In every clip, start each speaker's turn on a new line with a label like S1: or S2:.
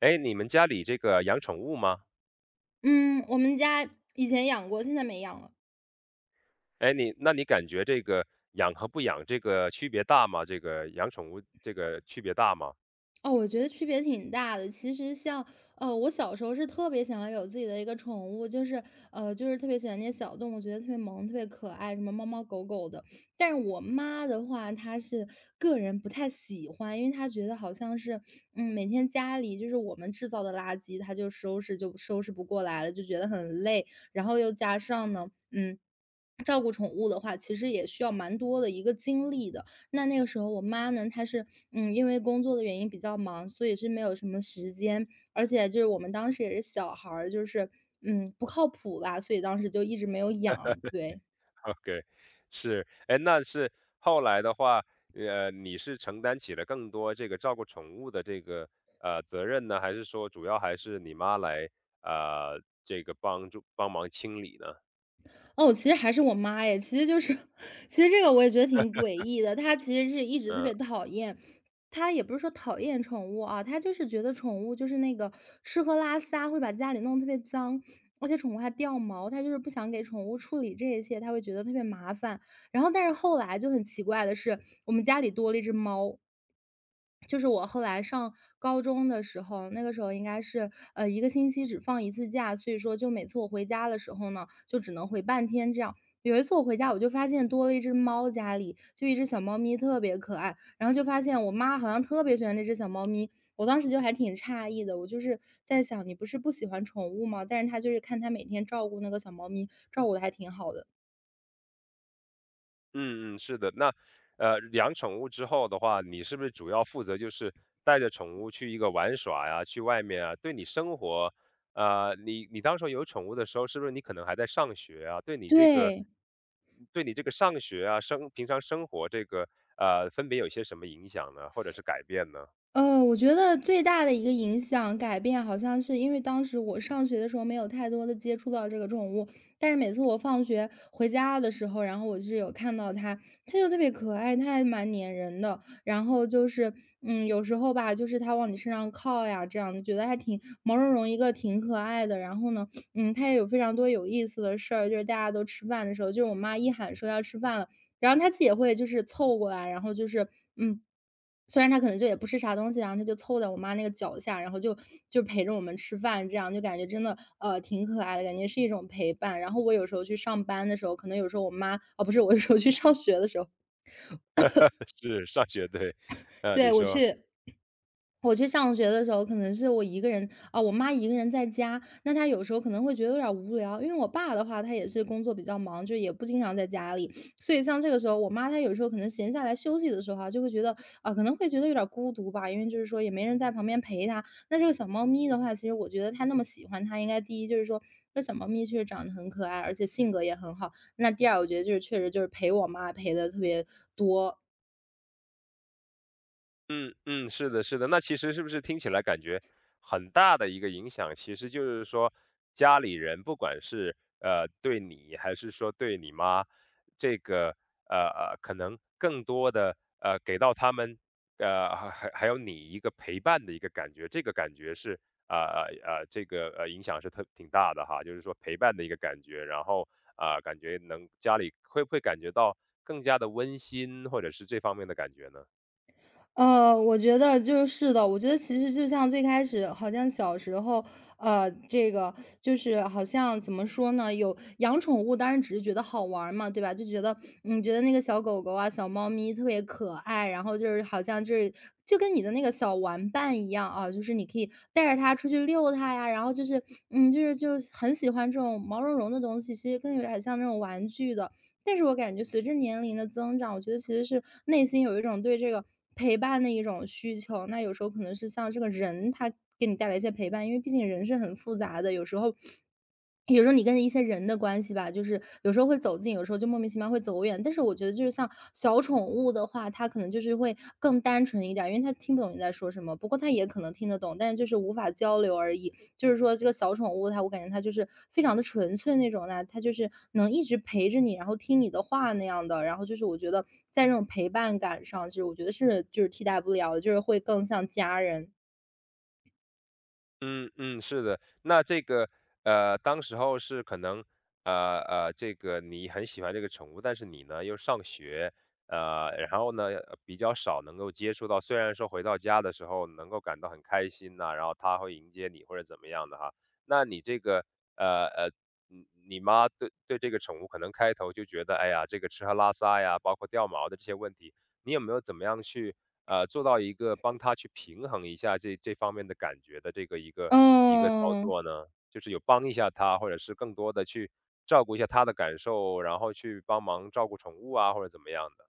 S1: 哎，你们家里这个养宠物吗？
S2: 嗯，我们家以前养过，现在没养了。
S1: 哎，那你感觉这个养和不养这个区别大吗？这个养宠物这个区别大吗
S2: 哦，我觉得区别挺大的。其实我小时候是特别想要有自己的一个宠物，就是特别喜欢那些小动物，觉得特别萌、特别可爱，什么猫猫狗狗的。但是我妈的话，她是个人不太喜欢，因为她觉得好像是，嗯，每天家里就是我们制造的垃圾，她就收拾就收拾不过来了，就觉得很累。然后又加上呢，嗯。照顾宠物的话，其实也需要蛮多的一个精力的。那个时候我妈呢，她是因为工作的原因比较忙，所以是没有什么时间，而且就是我们当时也是小孩儿，就是不靠谱吧，所以当时就一直没有养。对。
S1: ？OK，是，哎，那是后来的话，你是承担起了更多这个照顾宠物的这个责任呢，还是说主要还是你妈来这个帮忙清理呢？
S2: 哦，其实还是我妈耶，其实就是 其实这个我也觉得挺诡异的。她其实是一直特
S1: 嗯。
S2: 别讨厌，她也不是说讨厌宠物啊，她就是觉得宠物就是那个吃喝拉撒会把家里弄得特别脏，而且宠物还掉毛，她就是不想给宠物处理这一切，她会觉得特别麻烦。然后但是后来就很奇怪的是，我们家里多了一只猫。就是我后来上高中的时候，那个时候应该是一个星期只放一次假，所以说就每次我回家的时候呢，就只能回半天这样。有一次我回家，我就发现多了一只猫，家里就一只小猫咪，特别可爱。然后就发现我妈好像特别喜欢那只小猫咪，我当时就还挺诧异的。我就是在想，你不是不喜欢宠物吗？但是她就是看她每天照顾那个小猫咪，照顾的还挺好的。
S1: 嗯嗯，是的。那，养宠物之后的话，你是不是主要负责就是带着宠物去一个玩耍呀，去外面啊，对你生活，你当时候有宠物的时候，是不是你可能还在上学啊？
S2: 对。
S1: 对你这个上学啊，平常生活这个，分别有些什么影响呢，或者是改变呢？
S2: 呃，我觉得最大的一个影响改变，好像是因为当时我上学的时候没有太多的接触到这个宠物，但是每次我放学回家的时候，然后我是有看到它，它就特别可爱，它还蛮粘人的。然后就是，嗯，有时候吧，就是它往你身上靠呀，这样觉得还挺毛茸茸一个，挺可爱的。然后呢，嗯，它也有非常多有意思的事儿，就是大家都吃饭的时候，就是我妈一喊说要吃饭了，然后他自己也会就是凑过来，然后就是，嗯，虽然他可能就也不吃啥东西，然后他就凑在我妈那个脚下，然后就陪着我们吃饭，这样就感觉真的，呃，挺可爱的，感觉是一种陪伴。然后我有时候去上班的时候，可能有时候我妈哦，不是，我有时候去上学的时候。
S1: 是上学，对，
S2: 对，
S1: 你
S2: 我
S1: 说。
S2: 去我去上学的时候，可能是我一个人啊，我妈一个人在家，那她有时候可能会觉得有点儿无聊，因为我爸的话，他也是工作比较忙，就也不经常在家里，所以像这个时候，我妈她有时候可能闲下来休息的时候啊，就会觉得啊，可能会觉得有点儿孤独吧，因为就是说也没人在旁边陪她。那这个小猫咪的话，其实我觉得它那么喜欢它，应该第一就是说，那小猫咪确实长得很可爱，而且性格也很好。那第二，我觉得就是确实就是陪我妈陪的特别多。
S1: 嗯嗯，是的，是的。那其实是不是听起来感觉很大的一个影响，其实就是说家里人不管是对你还是说对你妈，这个呃可能更多的给到他们还有你一个陪伴的一个感觉，这个感觉是这个影响是特挺大的哈，就是说陪伴的一个感觉，然后啊、感觉能家里会不会感觉到更加的温馨，或者是这方面的感觉呢？
S2: 我觉得就是的。我觉得其实就像最开始，好像小时候，这个就是好像怎么说呢？有养宠物，当然只是觉得好玩儿嘛，对吧？就觉得，嗯，觉得那个小狗狗啊、小猫咪特别可爱，然后就是好像就是就跟你的那个小玩伴一样啊，就是你可以带着它出去遛它呀，然后就是，嗯，就是就很喜欢这种毛茸茸的东西，其实更有点像那种玩具的。但是我感觉随着年龄的增长，我觉得其实是内心有一种对这个陪伴的一种需求。那有时候可能是像这个人，他给你带来一些陪伴，因为毕竟人是很复杂的，有时候你跟一些人的关系吧，就是有时候会走近，有时候就莫名其妙会走远。但是我觉得就是像小宠物的话，它可能就是会更单纯一点，因为它听不懂你在说什么，不过它也可能听得懂，但是就是无法交流而已。就是说这个小宠物它我感觉它就是非常的纯粹那种的，它就是能一直陪着你，然后听你的话那样的。然后就是我觉得在这种陪伴感上，就是我觉得是就是替代不了的，就是会更像家人。
S1: 嗯嗯，是的。那这个，当时候是可能，这个你很喜欢这个宠物，但是你呢又上学，然后呢比较少能够接触到。虽然说回到家的时候能够感到很开心呐、然后它会迎接你或者怎么样的哈。那你这个，呃呃，你妈对这个宠物可能开头就觉得，哎呀，这个吃喝拉撒呀，包括掉毛的这些问题，你有没有怎么样去做到一个帮他去平衡一下这方面的感觉的这个一个操
S2: 嗯。
S1: 作呢？就是有帮一下他，或者是更多的去照顾一下他的感受，然后去帮忙照顾宠物啊，或者怎么样的。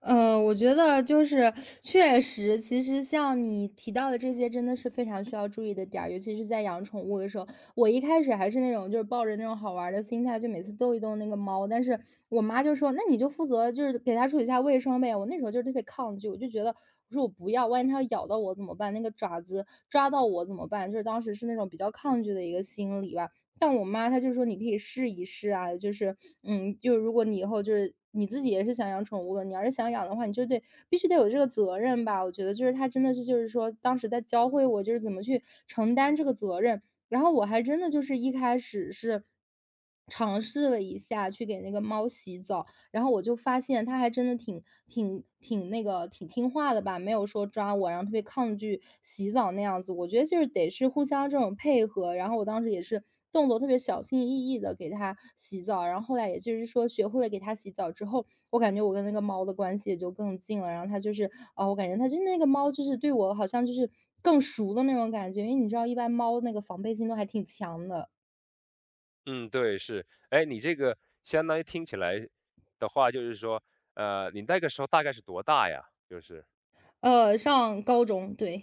S2: 我觉得就是确实，其实像你提到的这些，真的是非常需要注意的点儿，尤其是在养宠物的时候。我一开始还是那种就是抱着那种好玩儿的心态，就每次逗一逗那个猫。但是我妈就说：“那你就负责就是给它处理一下卫生呗。”我那时候就是特别抗拒，我就觉得我说我不要，万一它咬到我怎么办？那个爪子抓到我怎么办？就是当时是那种比较抗拒的一个心理吧。像我妈她就说你可以试一试啊，就是，嗯，就如果你以后就是你自己也是想养宠物了，你要是想养的话，你就得必须得有这个责任吧。我觉得就是她真的是就是说当时在教会我就是怎么去承担这个责任。然后我还真的就是一开始是尝试了一下去给那个猫洗澡，然后我就发现它还真的挺挺挺那个挺听话的吧，没有说抓我，然后特别抗拒洗澡那样子。我觉得就是得是互相这种配合，然后我当时也是动作特别小心翼翼的给它洗澡，然后后来也就是说学会了给它洗澡之后，我感觉我跟那个猫的关系也就更近了。然后它就是，啊，我感觉它就那个猫就是对我好像就是更熟的那种感觉，因为你知道一般猫那个防备心都还挺强的。
S1: 嗯，对，是。哎，你这个相当于听起来的话，就是说，你那个时候大概是多大呀？就是。
S2: 上高中，对。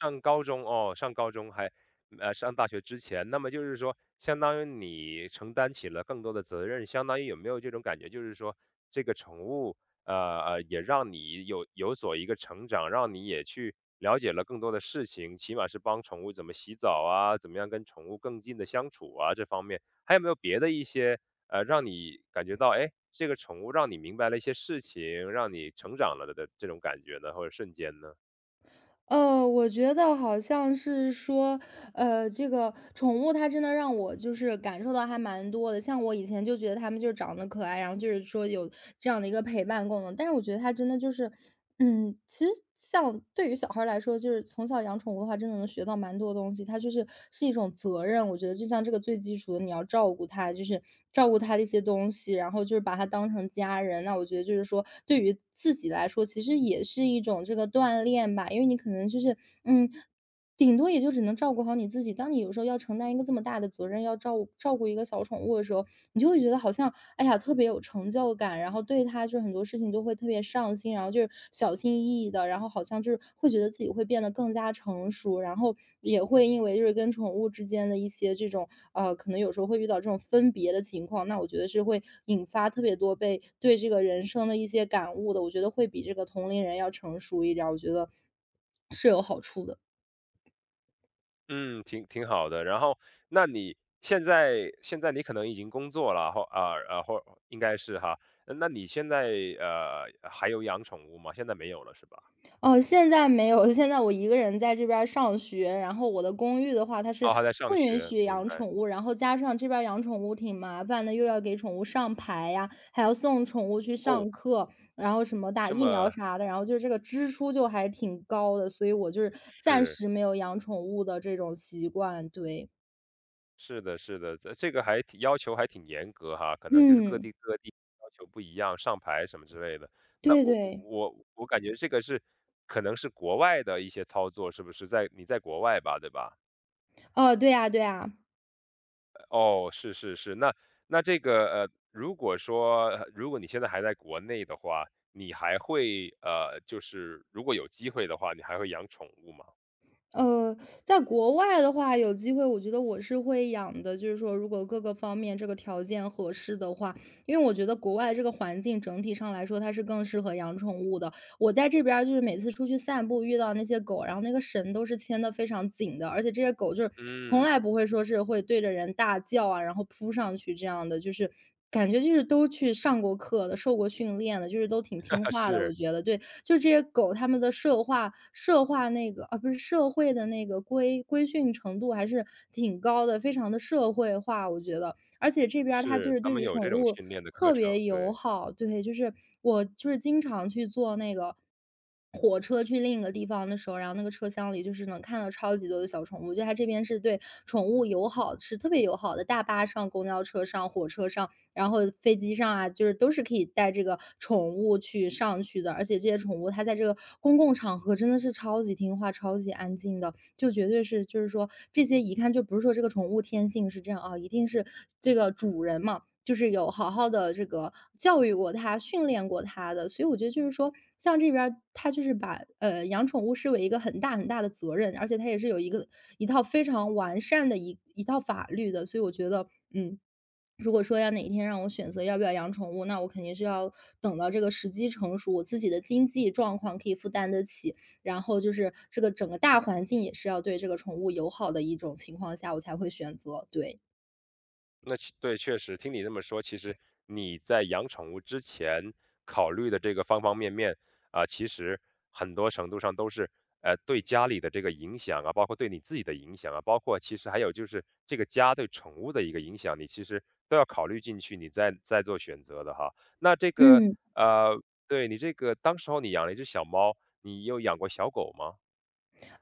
S1: 上高中哦，上高中还上大学之前，那么就是说，相当于你承担起了更多的责任，相当于有没有这种感觉，就是说这个宠物，呃也让你有所一个成长，让你也去了解了更多的事情，起码是帮宠物怎么洗澡啊，怎么样跟宠物更近的相处啊，这方面还有没有别的一些让你感觉到，哎，这个宠物让你明白了一些事情，让你成长了的这种感觉呢，或者瞬间呢？
S2: 我觉得好像是说，这个宠物它真的让我就是感受到还蛮多的。像我以前就觉得它们就是长得可爱，然后就是说有这样的一个陪伴功能，但是我觉得它真的就是，嗯，其实像对于小孩儿来说，就是从小养宠物的话，真的能学到蛮多东西。它就是是一种责任，我觉得就像这个最基础的，你要照顾它，就是照顾它的一些东西，然后就是把它当成家人。那我觉得就是说，对于自己来说，其实也是一种这个锻炼吧，因为你可能就是，嗯，顶多也就只能照顾好你自己。当你有时候要承担一个这么大的责任，要照顾照顾一个小宠物的时候，你就会觉得好像，哎呀，特别有成就感，然后对它就是很多事情都会特别上心，然后就是小心翼翼的，然后好像就是会觉得自己会变得更加成熟，然后也会因为就是跟宠物之间的一些这种可能有时候会遇到这种分别的情况，那我觉得是会引发特别多被对这个人生的一些感悟的。我觉得会比这个同龄人要成熟一点儿，我觉得是有好处的。
S1: 嗯，挺好的。然后，那你现在你可能已经工作了，或啊啊或应该是哈。那你现在还有养宠物吗？现在没有了是吧？
S2: 哦，现在没有，现在我一个人在这边儿上学，然后我的公寓的话，它是
S1: 哦，还在
S2: 不
S1: 上
S2: 允
S1: 学，
S2: 许
S1: 明
S2: 养
S1: 白。
S2: 宠物，然后加上这边儿养宠物挺麻烦的，又要给宠物上牌呀，还要送宠物去
S1: 哦，
S2: 上课，然后什么打
S1: 这
S2: 疫苗
S1: 么
S2: 啥的，然后就是这个支出就还挺高的，所以我就是暂
S1: 是
S2: 时没有养宠物的这种习惯，对。
S1: 是的，是的，这个还挺要求还挺严格哈，可能就是各
S2: 嗯，
S1: 地各地要求不一样，上牌什么之类的。那
S2: 对
S1: 我我
S2: 对，
S1: 我我感觉这个是可能是国外的一些操作，是不是在国外吧，对吧？
S2: 哦，对呀对呀。
S1: 哦，是是是，那这个如果说如果你现在还在国内的话，你还会就是如果有机会的话，你还会养宠物吗？
S2: 呃，在国外的话，有机会我觉得我是会养的，就是说如果各个方面这个条件合适的话，因为我觉得国外这个环境整体上来说，它是更适合养宠物的。我在这边儿就是每次出去散步遇到那些狗，然后那个绳都是牵得非常紧的，而且这些狗就是从
S1: 嗯，
S2: 来不会说是会对着人大叫啊，然后扑上去这样的，就是感觉就是都去上过课的，受过训练的，就是都挺听 话的。我
S1: 是
S2: 觉得对，就这些狗，它们的社化那个啊，不是社会的那个规训程度还是挺高的，非常的社会化，我觉得。而且这边儿它就
S1: 是，
S2: 是
S1: 他
S2: 对
S1: 们
S2: 于
S1: 有这
S2: 宠
S1: 种
S2: 物
S1: 训练的课
S2: 特
S1: 程，
S2: 别友
S1: 对。
S2: 好，对，就是我就是经常去坐那个火车去另一个地方的时候，然后那个车厢里就是能看到超级多的小宠物，就它这边是对宠物友好，是特别友好的。大巴上、公交车上、火车上，然后飞机上啊，就是都是可以带这个宠物去上去的，而且这些宠物它在这个公共场合真的是超级听话、超级安静的。就绝对是就是说这些一看就不是说这个宠物天性是这样啊，一定是这个主人嘛，就是有好好的这个教育过它、训练过它的。所以我觉得就是说，像这边儿它就是把，养宠物视为一个很大很大的责任，而且它也是有一套非常完善的一套法律的，所以我觉得，嗯，如果说要哪一天让我选择要不要养宠物，那我肯定是要等到这个时机成熟，我自己的经济状况可以负担得起，然后就是这个整个大环境也是要对这个宠物友好的一种情况下，我才会选择，对。
S1: 那对，确实听你这么说，其实你在养宠物之前考虑的这个方方面面啊，其实很多程度上都是对家里的这个影响啊，包括对你自己的影响啊，包括其实还有就是这个家对宠物的一个影响，你其实都要考虑进去，你再做选择的哈。那这个
S2: 嗯。
S1: 呃，对你这个当时候你养了一只小猫，你有养过小狗吗？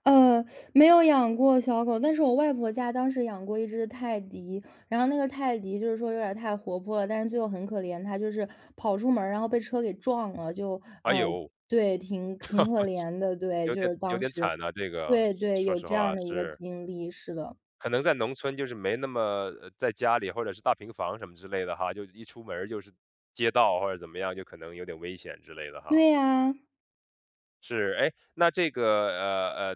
S2: 呃，没有养过小狗，但是我外婆家当时养过一只泰迪，然后那个泰迪就是说有点儿太活泼了，但是最后很可怜，它就是跑出门儿然后被车给撞了，就
S1: 哎有，
S2: 对，挺可怜的，对，
S1: 有
S2: 就
S1: 点
S2: 是
S1: 有
S2: 当
S1: 点
S2: 时，
S1: 惨啊，这个
S2: 对对，
S1: 说
S2: 有
S1: 实
S2: 这样
S1: 话
S2: 的一个
S1: 是。
S2: 经历，是的，
S1: 可能在农村就是没那么在家里或者是大平房什么之类的哈，就一出门儿就是街道或者怎么样，就可能有点危险之类的
S2: 对
S1: 哈。
S2: 呀、
S1: 是，哎，那这个呃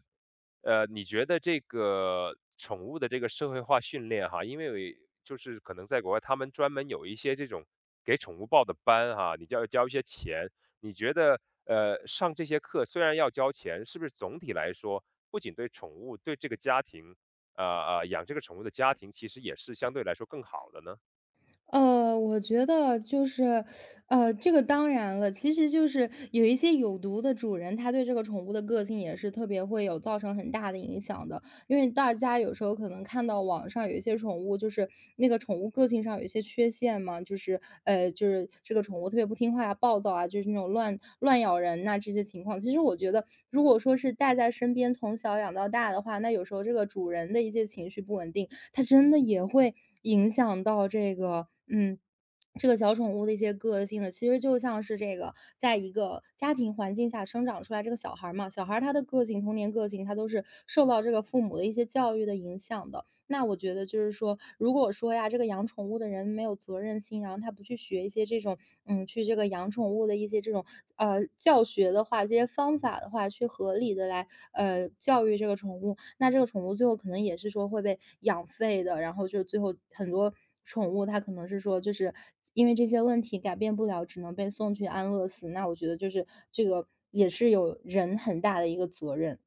S1: 你觉得这个宠物的这个社会化训练哈，因为就是可能在国外，他们专门有一些这种给宠物报的班哈，你就要交一些钱。你觉得上这些课虽然要交钱，是不是总体来说，不仅对宠物，对这个家庭，呃养这个宠物的家庭，其实也是相对来说更好的呢？
S2: 我觉得就是，这个当然了，其实就是有一些有毒的主人，他对这个宠物的个性也是特别会有造成很大的影响的。因为大家有时候可能看到网上有一些宠物，就是那个宠物个性上有一些缺陷嘛，就是就是这个宠物特别不听话呀、暴躁啊，就是那种乱咬人呐、这些情况。其实我觉得，如果说是带在身边从小养到大的话，那有时候这个主人的一些情绪不稳定，它真的也会影响到这个小宠物的一些个性的。其实就像是这个，在一个家庭环境下生长出来这个小孩儿嘛，小孩儿他的个性、童年个性，他都是受到这个父母的一些教育的影响的。那我觉得就是说，如果说呀，这个养宠物的人没有责任心，然后他不去学一些这种，去这个养宠物的一些这种教学的话，这些方法的话，去合理的来教育这个宠物，那这个宠物最后可能也是说会被养废的，然后就是最后很多宠物它可能是说就是因为这些问题改变不了，只能被送去安乐死。那我觉得就是这个也是有人很大的一个责任。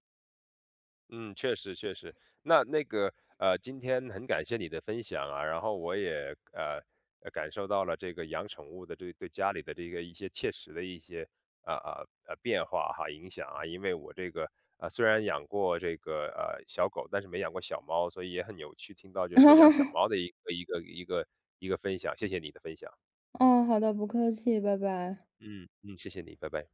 S1: 嗯，确实确实。那个，今天很感谢你的分享啊，然后我也感受到了这个养宠物的对家里的这个一些切实的一些变化哈影响啊，因为我这个虽然养过这个小狗，但是没养过小猫，所以也很有趣听到就是说养小猫 的一个分享，谢谢你的分享，
S2: 哦，好的，不客气，拜拜。
S1: 嗯嗯，谢谢你，拜拜。